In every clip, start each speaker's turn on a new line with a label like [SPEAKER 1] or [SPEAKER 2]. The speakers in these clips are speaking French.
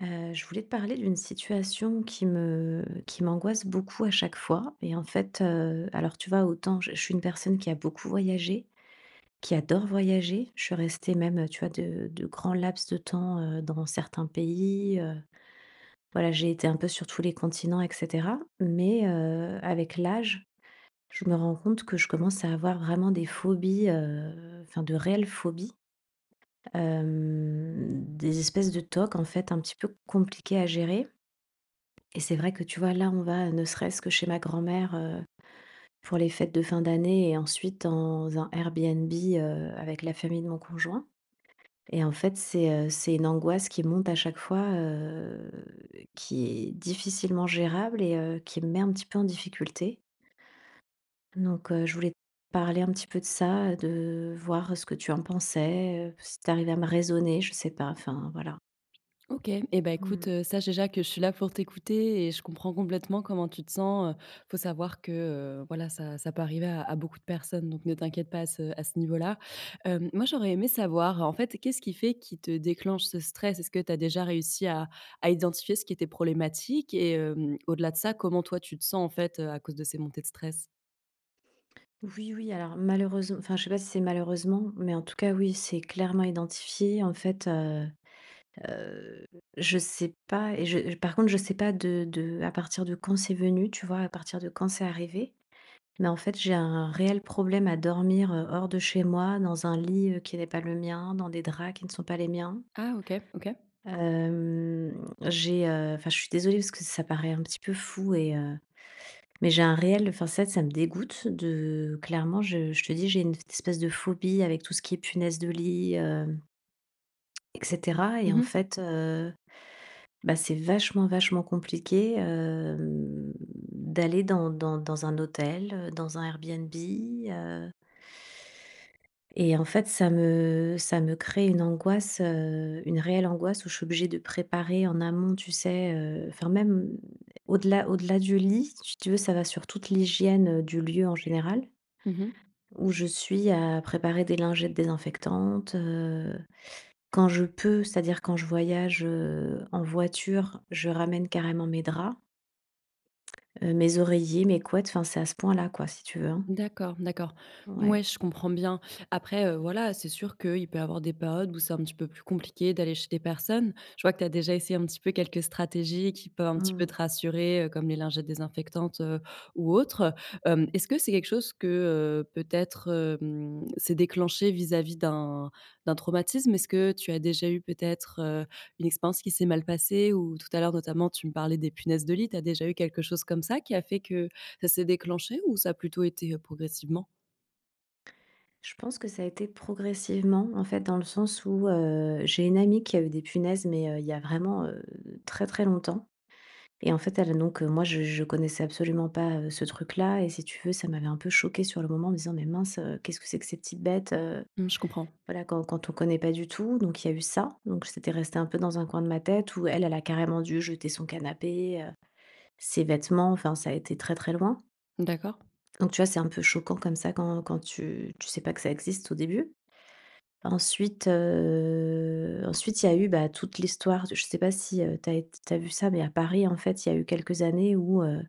[SPEAKER 1] Je voulais te parler d'une situation qui m'angoisse beaucoup à chaque fois. Et en fait, alors tu vois, autant je suis une personne qui a beaucoup voyagé, qui adore voyager. Je suis restée même, tu vois, de grands laps de temps, dans certains pays, voilà, j'ai été un peu sur tous les continents et cetera. Mais, avec l'âge, je me rends compte que je commence à avoir vraiment des phobies, enfin de réelles phobies, hem, des espèces de tocs en fait un petit peu compliquées à gérer. Et c'est vrai que tu vois, là, on va ne serait-ce que chez ma grand-mère, pour les fêtes de fin d'année et ensuite dans un Airbnb, avec la famille de mon conjoint. Et en fait, c'est une angoisse qui monte à chaque fois, qui est difficilement gérable et qui me met un petit peu en difficulté. Donc je voulais te parler un petit peu de ça, de voir ce que tu en pensais, si tu à me raisonner, je sais pas, enfin, voilà.
[SPEAKER 2] OK, et ben écoute,
[SPEAKER 1] Mmh.
[SPEAKER 2] sache déjà que je suis là pour t'écouter et je comprends complètement comment tu te sens. Faut savoir que, voilà, ça peut arriver à beaucoup de personnes, donc ne t'inquiète pas à ce à ce niveau-là. Moi, j'aurais aimé savoir, en fait, qu'est-ce qui fait qui te déclenche ce stress? Est-ce que tu as déjà réussi à identifier ce qui était problématique et au-delà de ça, comment toi tu te sens, en fait, à cause de ces montées de stress?
[SPEAKER 1] Oui, oui, alors malheureusement, enfin je sais pas si c'est malheureusement, mais en tout cas oui, c'est clairement identifié. En fait, euh, je sais pas, et je, par contre, je sais pas à partir de quand c'est venu, tu vois, à partir de quand c'est arrivé. Mais en fait, j'ai un réel problème à dormir hors de chez moi, dans un lit qui n'est pas le mien, dans des draps qui ne sont pas les miens.
[SPEAKER 2] Ah OK, OK.
[SPEAKER 1] Euh, j'ai, enfin, je suis désolée parce que ça paraît un petit peu fou et, mais j'ai un réel enfin ça me dégoûte de clairement je te dis, j'ai une espèce de phobie avec tout ce qui est punaise de lit, et cetera. Et
[SPEAKER 2] Mmh
[SPEAKER 1] en
[SPEAKER 2] mh.
[SPEAKER 1] fait, bah, c'est vachement, vachement compliqué, d'aller dans un hôtel, dans un Airbnb, et en fait, ça me crée une angoisse, une réelle angoisse où je suis obligée de préparer en amont, tu sais, enfin même au-delà du lit, si tu veux, ça va sur toute l'hygiène, du lieu en général.
[SPEAKER 2] Mmh.
[SPEAKER 1] Où je suis à préparer des lingettes désinfectantes, quand je peux, c'est-à-dire quand je voyage, en voiture, je ramène carrément mes draps, mes oreillers, mes couettes, enfin, c'est à ce point-là, quoi, si tu veux, hein.
[SPEAKER 2] D'accord, d'accord.
[SPEAKER 1] Ouais.
[SPEAKER 2] Ouais, je comprends bien. Après, voilà, c'est sûr qu'il peut y avoir des périodes où c'est un petit peu plus compliqué d'aller chez des personnes. Je vois que tu as déjà essayé un petit peu quelques stratégies qui peuvent un petit peu
[SPEAKER 1] Mmh.
[SPEAKER 2] te rassurer, comme les lingettes désinfectantes, ou autres. Est-ce que c'est quelque chose que, peut-être, s'est déclenché vis-à-vis d'un traumatisme? Est-ce que tu as déjà eu peut-être, une expérience qui s'est mal passée? Ou tout à l'heure, notamment, tu me parlais des punaises de lit. Tu as déjà eu quelque chose comme ça qui a fait que ça s'est déclenché, ou ça a plutôt été, progressivement?
[SPEAKER 1] Je pense que ça a été progressivement, en fait, dans le sens où, j'ai une amie qui a eu des punaises, mais, il y a vraiment, très, très longtemps. Et en fait, elle donc, moi, je connaissais absolument pas, ce truc-là et si tu veux, ça m'avait un peu choquée sur le moment en me disant : « Mais mince, qu'est-ce que c'est que ces petites bêtes,
[SPEAKER 2] Mmh, je comprends.
[SPEAKER 1] voilà, quand on connaît pas du tout, donc il y a eu ça. » Donc c'était resté un peu dans un coin de ma tête où elle, elle a carrément dû jeter son canapé, ses vêtements, enfin ça a été très, très loin.
[SPEAKER 2] D'accord.
[SPEAKER 1] Donc tu vois, c'est un peu choquant comme ça quand tu sais pas que ça existe au début. Ensuite, ensuite il y a eu, bah, toute l'histoire je sais pas si, tu as vu ça, mais à Paris, en fait, il y a eu quelques années où,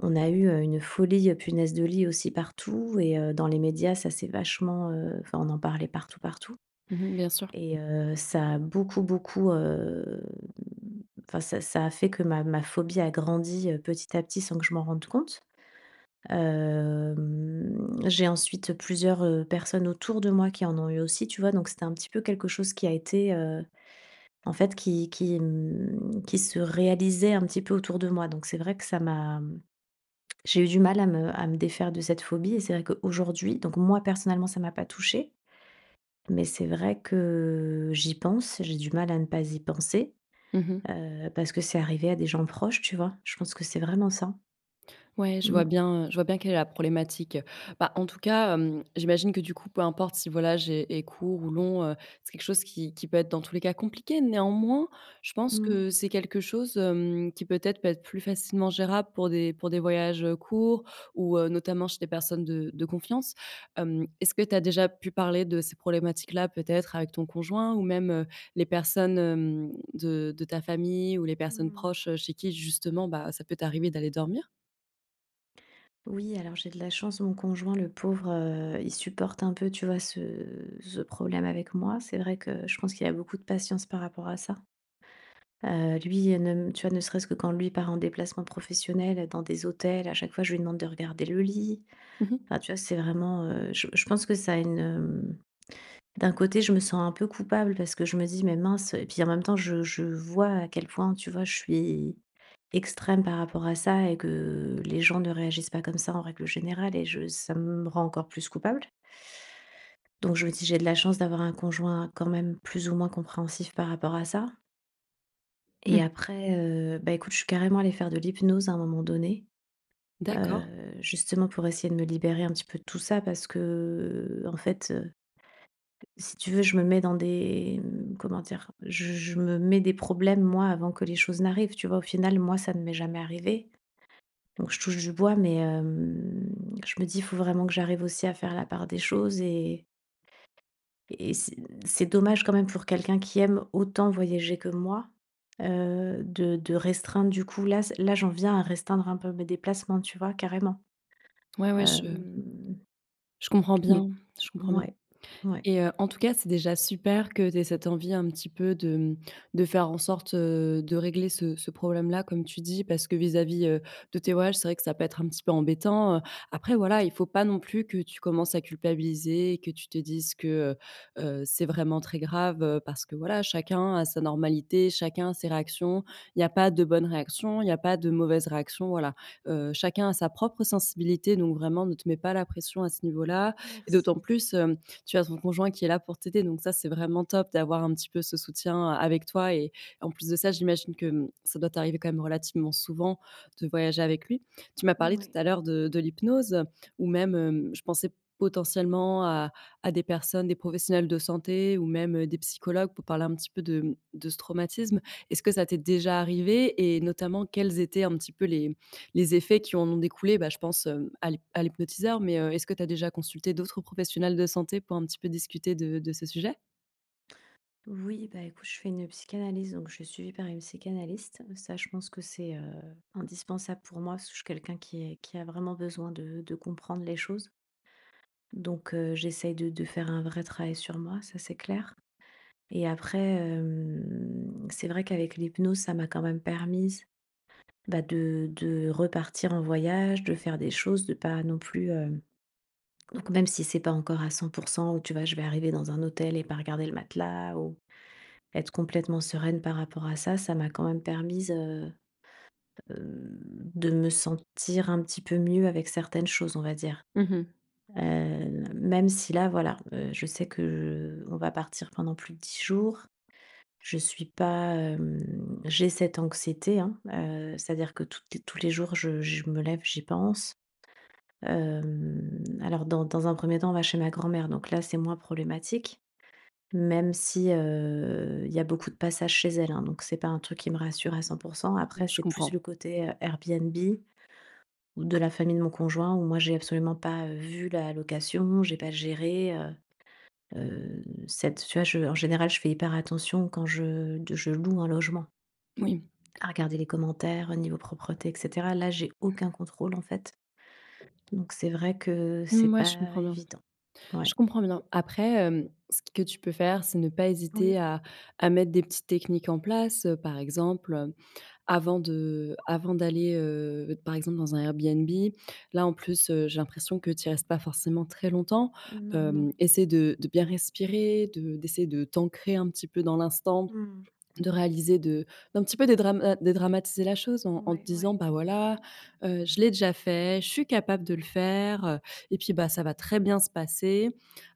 [SPEAKER 1] on a eu, une folie, punaises de lit aussi partout et dans les médias, ça c'est vachement, enfin on en parlait partout, partout.
[SPEAKER 2] Mmh, bien sûr.
[SPEAKER 1] Et ça a beaucoup, beaucoup, enfin ça a fait que ma phobie a grandi, petit à petit sans que je m'en rende compte. J'ai ensuite plusieurs, personnes autour de moi qui en ont eu aussi, tu vois? Donc c'était un petit peu quelque chose qui a été, en fait qui se réalisait un petit peu autour de moi. Donc c'est vrai que ça m'a j'ai eu du mal à me défaire de cette phobie et c'est vrai qu'aujourd'hui donc moi personnellement ça m'a pas touchée. Mais c'est vrai que j'y pense, j'ai du mal à ne pas y penser,
[SPEAKER 2] Mmh.
[SPEAKER 1] parce que c'est arrivé à des gens proches, tu vois? Je pense que c'est vraiment ça.
[SPEAKER 2] Ouais,
[SPEAKER 1] Mmh,
[SPEAKER 2] je vois bien quelle est la problématique. Bah, en tout cas, j'imagine que du coup, peu importe si, voilà, j'ai est court ou long, c'est quelque chose qui peut être dans tous les cas compliqué. Néanmoins, je pense
[SPEAKER 1] mmh,
[SPEAKER 2] que c'est quelque chose, qui peut-être peut être plus facilement gérable pour des voyages, courts, ou, notamment chez des personnes de confiance. Est-ce que tu as déjà pu parler de ces problématiques-là peut-être avec ton conjoint, ou même, les personnes, de ta famille, ou les personnes
[SPEAKER 1] mmh.
[SPEAKER 2] proches, chez qui justement, bah, ça peut t'arriver d'aller dormir?
[SPEAKER 1] Oui, alors j'ai de la chance, mon conjoint, le pauvre, il supporte un peu, tu vois, ce problème avec moi. C'est vrai que je pense qu'il a beaucoup de patience par rapport à ça. Lui, ne tu vois, ne serait-ce que quand lui part en déplacement professionnel dans des hôtels, à chaque fois, je lui demande de regarder le lit.
[SPEAKER 2] Mmh.
[SPEAKER 1] Enfin, tu vois, c'est vraiment, je pense que ça a une, euh, d'un côté, je me sens un peu coupable parce que je me dis : « Mais mince », et puis en même temps, je vois à quel point, tu vois, je suis extrême par rapport à ça et que les gens ne réagissent pas comme ça en règle générale et je ça me rend encore plus coupable. Donc je me dis : « J'ai de la chance d'avoir un conjoint quand même plus ou moins compréhensif par rapport à ça. » Et
[SPEAKER 2] Mmh.
[SPEAKER 1] après, bah, écoute, je suis carrément allée faire de l'hypnose à un moment donné,
[SPEAKER 2] D'accord.
[SPEAKER 1] heu, justement pour essayer de me libérer un petit peu de tout ça parce que en fait, si tu veux, je me mets dans des comment dire? Je me mets des problèmes, moi, avant que les choses n'arrivent, tu vois? Au final, moi, ça ne m'est jamais arrivé, donc je touche du bois, mais je me dis: il « Faut vraiment que j'arrive aussi à faire la part des choses » et et c'est dommage quand même pour quelqu'un qui aime autant voyager que moi, de restreindre du coup, là, j'en viens à restreindre un peu mes déplacements, tu vois? Carrément.
[SPEAKER 2] Ouais, ouais, je
[SPEAKER 1] Hem,
[SPEAKER 2] je comprends
[SPEAKER 1] mais
[SPEAKER 2] bien, je comprends bien.
[SPEAKER 1] ouais, ouais.
[SPEAKER 2] Et en tout cas, c'est déjà super que tu aies cette envie un petit peu de, mmh, de faire en sorte, de régler ce problème-là comme tu dis, parce que vis-à-vis, de tes voyages, c'est vrai que ça peut être un petit peu embêtant. Après voilà, il faut pas non plus que tu commences à culpabiliser et que tu te dises que, c'est vraiment très grave, parce que voilà, chacun a sa normalité, chacun a ses réactions. Il n'y a pas de bonne réaction, il n'y a pas de mauvaise réaction. Voilà. Chacun a sa propre sensibilité, donc vraiment ne te mets pas la pression à ce niveau-là, et d'autant
[SPEAKER 1] Merci.
[SPEAKER 2] plus, tu as ton conjoint qui est là pour t'aider. Donc ça, c'est vraiment top d'avoir un petit peu ce soutien avec toi. Et en plus de ça, j'imagine que ça doit t'arriver quand même relativement souvent de voyager avec lui. Tu m'as parlé tout
[SPEAKER 1] Oui.
[SPEAKER 2] à l'heure de l'hypnose, ou même, je pensais potentiellement à des personnes, des professionnels de santé, ou même des psychologues pour parler un petit peu de ce traumatisme. Est-ce que ça t'est déjà arrivé, et notamment quels étaient un petit peu les effets qui en ont découlé, bah, je pense à à l'hypnotiseur, mais est-ce que tu as déjà consulté d'autres professionnels de santé pour un petit peu discuter de ce sujet?
[SPEAKER 1] Oui, bah, écoute, je fais une psychanalyse, donc je suis suivie par une psychanalyste. Ça, je pense que c'est indispensable pour moi, parce que je suis quelqu'un qui a vraiment besoin de comprendre les choses. Donc, j'essaye de faire un vrai travail sur moi, ça c'est clair. Et après, c'est vrai qu'avec l'hypnose, ça m'a quand même permise bah, de repartir en voyage, de faire des choses, de pas non plus... donc, même si c'est pas encore à 100%, où tu vois, je vais arriver dans un hôtel et pas regarder le matelas, être complètement sereine par rapport à ça, ça m'a quand même permise, hem, de me sentir un petit peu mieux avec certaines choses, on va dire.
[SPEAKER 2] Mhm.
[SPEAKER 1] Même si là, voilà, je sais que on va partir pendant plus de 10 jours. Je suis pas, hem J'ai cette anxiété, hein, c'est-à-dire que toutes les tous les jours, je me lève, j'y pense. Alors dans un premier temps, on va chez ma grand-mère, donc là, c'est moins problématique. Même si, il y a beaucoup de passages chez elle, hein, donc c'est pas un truc qui me rassure à 100%. Après,
[SPEAKER 2] Je
[SPEAKER 1] c'est plus le
[SPEAKER 2] comprends.
[SPEAKER 1] côté, Airbnb ou de la famille de mon conjoint où moi j'ai absolument pas, vu la location, j'ai pas géré, heu, cette tu vois? Je en général, je fais hyper attention quand je loue un logement,
[SPEAKER 2] Oui.
[SPEAKER 1] à regarder les commentaires, niveau propreté et cetera. Là, j'ai aucun contrôle, en fait, donc c'est vrai que c'est
[SPEAKER 2] Moi, je
[SPEAKER 1] pas
[SPEAKER 2] comprends bien.
[SPEAKER 1] évident. Ouais.
[SPEAKER 2] Je comprends bien. Après, ce que tu peux faire, c'est ne pas hésiter
[SPEAKER 1] Oui.
[SPEAKER 2] à mettre des petites techniques en place, par exemple, avant d'aller, par exemple, dans un Airbnb. Là, en plus, j'ai l'impression que tu y restes pas forcément très longtemps.
[SPEAKER 1] Non, non.
[SPEAKER 2] Essaie de bien respirer, de d'essayer de t'ancrer un petit peu dans l'instant,
[SPEAKER 1] Mmh.
[SPEAKER 2] de réaliser, de d'un petit peu dédramatiser la chose en en te
[SPEAKER 1] Ouais,
[SPEAKER 2] disant:
[SPEAKER 1] ouais.
[SPEAKER 2] «Bah, voilà, je l'ai déjà fait, je suis capable de le faire, et puis, bah, ça va très bien se passer».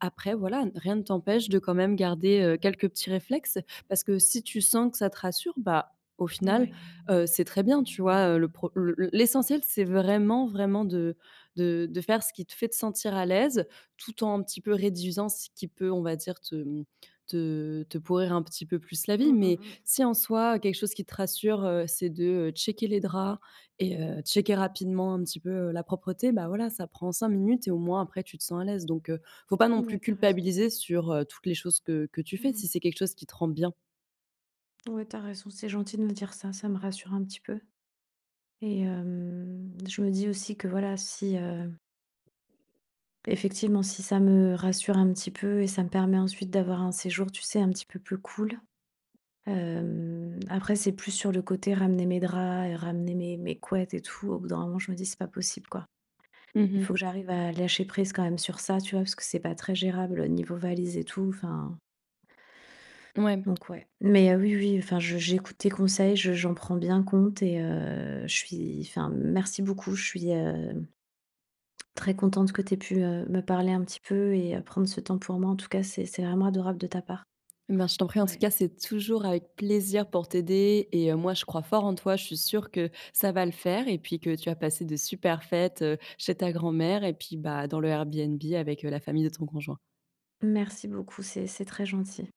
[SPEAKER 2] Après voilà, rien ne t'empêche de quand même garder, quelques petits réflexes, parce que si tu sens que ça te rassure, bah, au final,
[SPEAKER 1] Ouais.
[SPEAKER 2] c'est très bien, tu vois? Le pro le L'essentiel, c'est vraiment, vraiment de faire ce qui te fait te sentir à l'aise, tout en un petit peu réduisant ce qui peut, on va dire, te, mmh, te pourrir un petit peu plus la vie.
[SPEAKER 1] Mmh, mmh
[SPEAKER 2] Mais
[SPEAKER 1] mh.
[SPEAKER 2] si en soi, quelque chose qui te rassure, c'est de, checker les draps et checker rapidement un petit peu, la propreté, bah, voilà, ça prend 5 minutes et au moins après tu te sens à l'aise, donc faut pas non
[SPEAKER 1] Ouais,
[SPEAKER 2] plus
[SPEAKER 1] t'as raison.
[SPEAKER 2] culpabiliser sur, toutes les choses que tu fais
[SPEAKER 1] Mmh.
[SPEAKER 2] si c'est quelque chose qui te rend bien.
[SPEAKER 1] Ouais, t'as raison, c'est gentil de me dire ça, ça me rassure un petit peu. Et je me dis aussi que voilà, si, effectivement, si ça me rassure un petit peu et ça me permet ensuite d'avoir un séjour, tu sais, un petit peu plus cool. Après c'est plus sur le côté ramener mes draps et ramener mes couettes et tout. Au bout d'un moment, je me dis : « C'est pas possible, quoi. » Il faut que
[SPEAKER 2] Mmh.
[SPEAKER 1] j'arrive à lâcher prise quand même sur ça, tu vois? Parce que c'est pas très gérable, niveau valise et tout, enfin.
[SPEAKER 2] Ouais.
[SPEAKER 1] Donc ouais, mais oui, oui, enfin je j'écoute tes conseils, je j'en prends bien compte et je suis enfin merci beaucoup. Je suis, très contente que tu aies pu, me parler un petit peu et prendre ce temps pour moi. En tout cas, c'est vraiment adorable de ta part.
[SPEAKER 2] Eh ben, je t'en prie, en tout
[SPEAKER 1] Ouais.
[SPEAKER 2] cas, c'est toujours avec plaisir pour t'aider et moi je crois fort en toi. Je suis sûre que ça va le faire, et puis que tu as passé de super fêtes, chez ta grand-mère, et puis, bah, dans le Airbnb avec, la famille de ton conjoint.
[SPEAKER 1] Merci beaucoup, c'est très gentil.